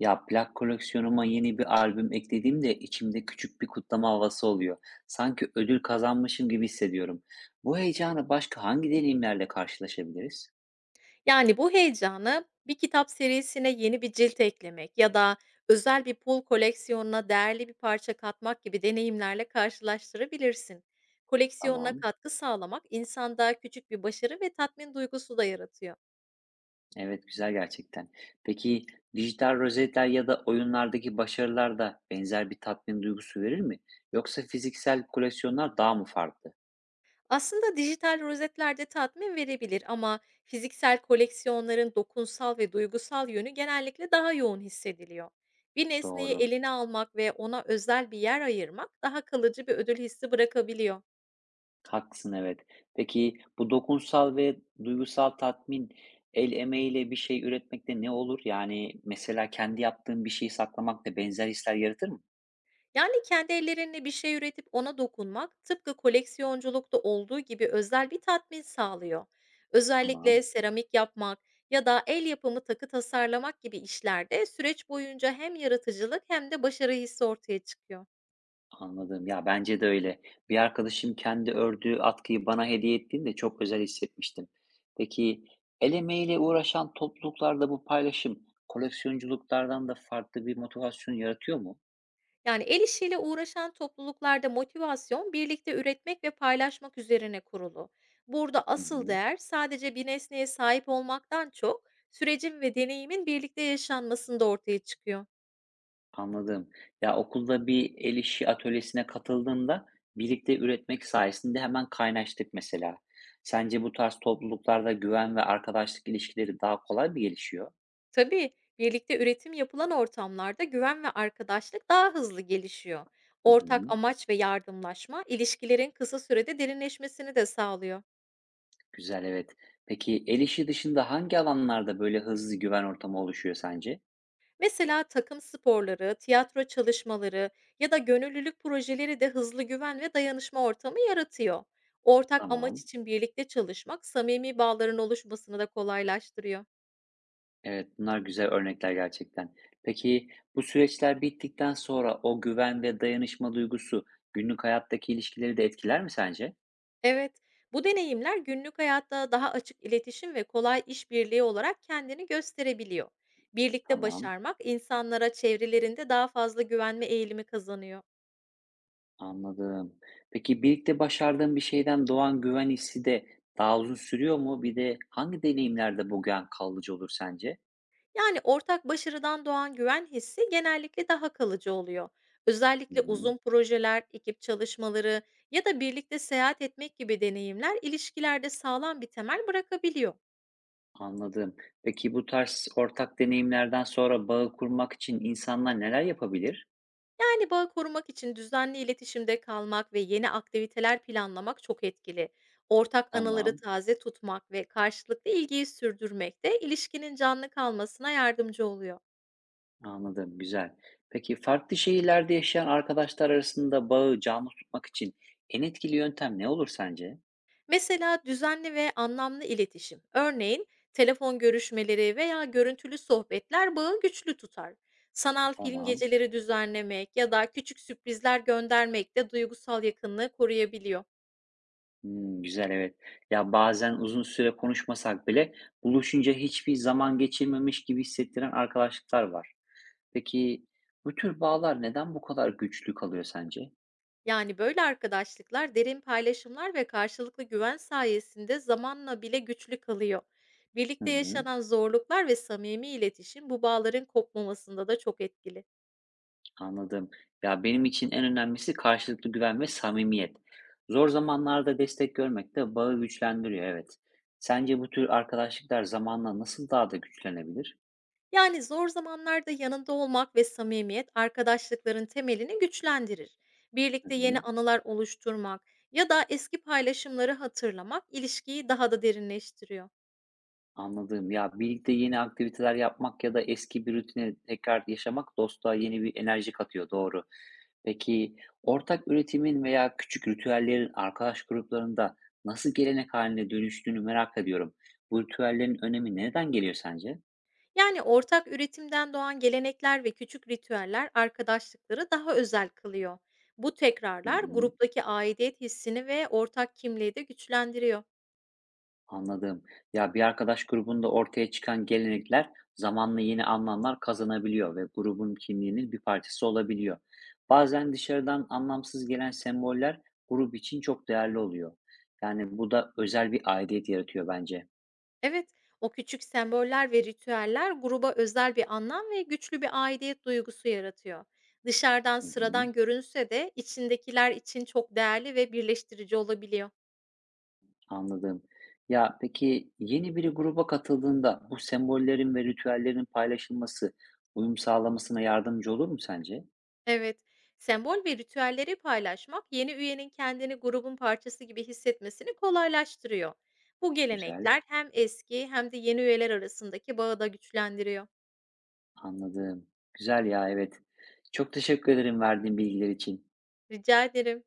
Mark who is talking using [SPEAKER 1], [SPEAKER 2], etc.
[SPEAKER 1] Ya plak koleksiyonuma yeni bir albüm eklediğimde içimde küçük bir kutlama havası oluyor. Sanki ödül kazanmışım gibi hissediyorum. Bu heyecanı başka hangi deneyimlerle karşılaşabiliriz?
[SPEAKER 2] Yani bu heyecanı bir kitap serisine yeni bir cilt eklemek ya da özel bir pul koleksiyonuna değerli bir parça katmak gibi deneyimlerle karşılaştırabilirsin. Koleksiyonuna
[SPEAKER 1] Tamam.
[SPEAKER 2] katkı sağlamak insanda küçük bir başarı ve tatmin duygusu da yaratıyor.
[SPEAKER 1] Evet, güzel gerçekten. Peki dijital rozetler ya da oyunlardaki başarılar da benzer bir tatmin duygusu verir mi? Yoksa fiziksel koleksiyonlar daha mı farklı?
[SPEAKER 2] Aslında dijital rozetler de tatmin verebilir, ama fiziksel koleksiyonların dokunsal ve duygusal yönü genellikle daha yoğun hissediliyor. Bir nesneyi
[SPEAKER 1] Doğru.
[SPEAKER 2] eline almak ve ona özel bir yer ayırmak daha kalıcı bir ödül hissi bırakabiliyor.
[SPEAKER 1] Haklısın, evet. Peki bu dokunsal ve duygusal tatmin el emeğiyle bir şey üretmekte ne olur? Yani mesela kendi yaptığın bir şeyi saklamak da benzer hisler yaratır mı?
[SPEAKER 2] Yani, kendi ellerinle bir şey üretip ona dokunmak, tıpkı koleksiyonculukta olduğu gibi özel bir tatmin sağlıyor.
[SPEAKER 1] Tamam,
[SPEAKER 2] Özellikle seramik yapmak ya da el yapımı takı tasarlamak gibi işlerde süreç boyunca hem yaratıcılık hem de başarı hissi ortaya çıkıyor.
[SPEAKER 1] anladım. Ya bence de öyle. Bir arkadaşım kendi ördüğü atkıyı bana hediye ettiğinde çok özel hissetmiştim. Peki el emeğiyle uğraşan topluluklarda bu paylaşım koleksiyonculuklardan da farklı bir motivasyon yaratıyor mu?
[SPEAKER 2] Yani el işiyle uğraşan topluluklarda motivasyon birlikte üretmek ve paylaşmak üzerine kurulu. Burada
[SPEAKER 1] Hı
[SPEAKER 2] asıl
[SPEAKER 1] hı.
[SPEAKER 2] değer, sadece bir nesneye sahip olmaktan çok sürecin ve deneyimin birlikte yaşanmasında ortaya çıkıyor.
[SPEAKER 1] Anladım. Ya, okulda bir el işi atölyesine katıldığımda birlikte üretmek sayesinde hemen kaynaştık mesela. Sence bu tarz topluluklarda güven ve arkadaşlık ilişkileri daha kolay mı gelişiyor?
[SPEAKER 2] Tabii, birlikte üretim yapılan ortamlarda güven ve arkadaşlık daha hızlı gelişiyor.
[SPEAKER 1] Hı
[SPEAKER 2] Ortak
[SPEAKER 1] hı.
[SPEAKER 2] amaç ve yardımlaşma, ilişkilerin kısa sürede derinleşmesini de sağlıyor.
[SPEAKER 1] Güzel, evet. Peki el işi dışında hangi alanlarda böyle hızlı güven ortamı oluşuyor sence?
[SPEAKER 2] Mesela takım sporları, tiyatro çalışmaları ya da gönüllülük projeleri de hızlı güven ve dayanışma ortamı yaratıyor. Ortak amaç
[SPEAKER 1] Tamam.
[SPEAKER 2] için birlikte çalışmak, samimi bağların oluşmasını da kolaylaştırıyor.
[SPEAKER 1] Evet, bunlar güzel örnekler gerçekten. Peki bu süreçler bittikten sonra o güven ve dayanışma duygusu günlük hayattaki ilişkileri de etkiler mi sence?
[SPEAKER 2] Evet, bu deneyimler günlük hayatta daha açık iletişim ve kolay işbirliği olarak kendini gösterebiliyor. Birlikte
[SPEAKER 1] Tamam.
[SPEAKER 2] başarmak, insanlara çevrelerinde daha fazla güvenme eğilimi kazanıyor.
[SPEAKER 1] Anladım. Peki birlikte başardığın bir şeyden doğan güven hissi de daha uzun sürüyor mu? Bir de hangi deneyimlerde bu güven kalıcı olur sence?
[SPEAKER 2] Yani ortak başarıdan doğan güven hissi genellikle daha kalıcı oluyor.
[SPEAKER 1] Hı
[SPEAKER 2] Özellikle
[SPEAKER 1] hı.
[SPEAKER 2] uzun projeler, ekip çalışmaları ya da birlikte seyahat etmek gibi deneyimler ilişkilerde sağlam bir temel bırakabiliyor.
[SPEAKER 1] Anladım. Peki bu tarz ortak deneyimlerden sonra bağı kurmak için insanlar neler yapabilir?
[SPEAKER 2] Yani bağı korumak için düzenli iletişimde kalmak ve yeni aktiviteler planlamak çok etkili. Ortak anıları
[SPEAKER 1] Tamam,
[SPEAKER 2] taze tutmak ve karşılıklı ilgiyi sürdürmek de ilişkinin canlı kalmasına yardımcı oluyor.
[SPEAKER 1] anladım, güzel. Peki farklı şehirlerde yaşayan arkadaşlar arasında bağı canlı tutmak için en etkili yöntem ne olur sence?
[SPEAKER 2] Mesela düzenli ve anlamlı iletişim. Örneğin telefon görüşmeleri veya görüntülü sohbetler bağı güçlü tutar. Sanal film
[SPEAKER 1] Tamam.
[SPEAKER 2] geceleri düzenlemek ya da küçük sürprizler göndermek de duygusal yakınlığı koruyabiliyor.
[SPEAKER 1] Hımm, güzel, evet. Ya, bazen uzun süre konuşmasak bile buluşunca hiçbir zaman geçirmemiş gibi hissettiren arkadaşlıklar var. Peki, bu tür bağlar neden bu kadar güçlü kalıyor sence?
[SPEAKER 2] Yani böyle arkadaşlıklar derin paylaşımlar ve karşılıklı güven sayesinde zamanla bile güçlü kalıyor.
[SPEAKER 1] Hı
[SPEAKER 2] Birlikte
[SPEAKER 1] hı,
[SPEAKER 2] yaşanan zorluklar ve samimi iletişim, bu bağların kopmamasında da çok etkili.
[SPEAKER 1] anladım. Ya, benim için en önemlisi karşılıklı güven ve samimiyet. Zor zamanlarda destek görmek de bağı güçlendiriyor, evet. Sence bu tür arkadaşlıklar zamanla nasıl daha da güçlenebilir?
[SPEAKER 2] Yani zor zamanlarda yanında olmak ve samimiyet arkadaşlıkların temelini güçlendirir.
[SPEAKER 1] Hı
[SPEAKER 2] Birlikte yeni
[SPEAKER 1] hı.
[SPEAKER 2] anılar oluşturmak ya da eski paylaşımları hatırlamak ilişkiyi daha da derinleştiriyor.
[SPEAKER 1] Anladım. Ya, birlikte yeni aktiviteler yapmak ya da eski bir rutine tekrar yaşamak dostluğa yeni bir enerji katıyor, doğru. Peki, ortak üretimin veya küçük ritüellerin arkadaş gruplarında nasıl gelenek haline dönüştüğünü merak ediyorum. Bu ritüellerin önemi nereden geliyor sence?
[SPEAKER 2] Yani ortak üretimden doğan gelenekler ve küçük ritüeller arkadaşlıkları daha özel kılıyor. Bu
[SPEAKER 1] Hı
[SPEAKER 2] tekrarlar,
[SPEAKER 1] hı.
[SPEAKER 2] gruptaki aidiyet hissini ve ortak kimliği de güçlendiriyor.
[SPEAKER 1] Anladım. Ya bir arkadaş grubunda ortaya çıkan gelenekler zamanla yeni anlamlar kazanabiliyor ve grubun kimliğinin bir parçası olabiliyor. Bazen dışarıdan anlamsız gelen semboller grup için çok değerli oluyor. Yani bu da özel bir aidiyet yaratıyor bence.
[SPEAKER 2] Evet, o küçük semboller ve ritüeller gruba özel bir anlam ve güçlü bir aidiyet duygusu yaratıyor. Dışarıdan
[SPEAKER 1] Hı hı,
[SPEAKER 2] sıradan görünse de içindekiler için çok değerli ve birleştirici olabiliyor.
[SPEAKER 1] anladım. Ya peki yeni biri gruba katıldığında bu sembollerin ve ritüellerin paylaşılması uyum sağlamasına yardımcı olur mu sence?
[SPEAKER 2] Evet, sembol ve ritüelleri paylaşmak yeni üyenin kendini grubun parçası gibi hissetmesini kolaylaştırıyor. Bu
[SPEAKER 1] Güzel.
[SPEAKER 2] gelenekler hem eski hem de yeni üyeler arasındaki bağı da güçlendiriyor.
[SPEAKER 1] Anladım. Güzel ya, evet. Çok teşekkür ederim verdiğin bilgiler için.
[SPEAKER 2] Rica ederim.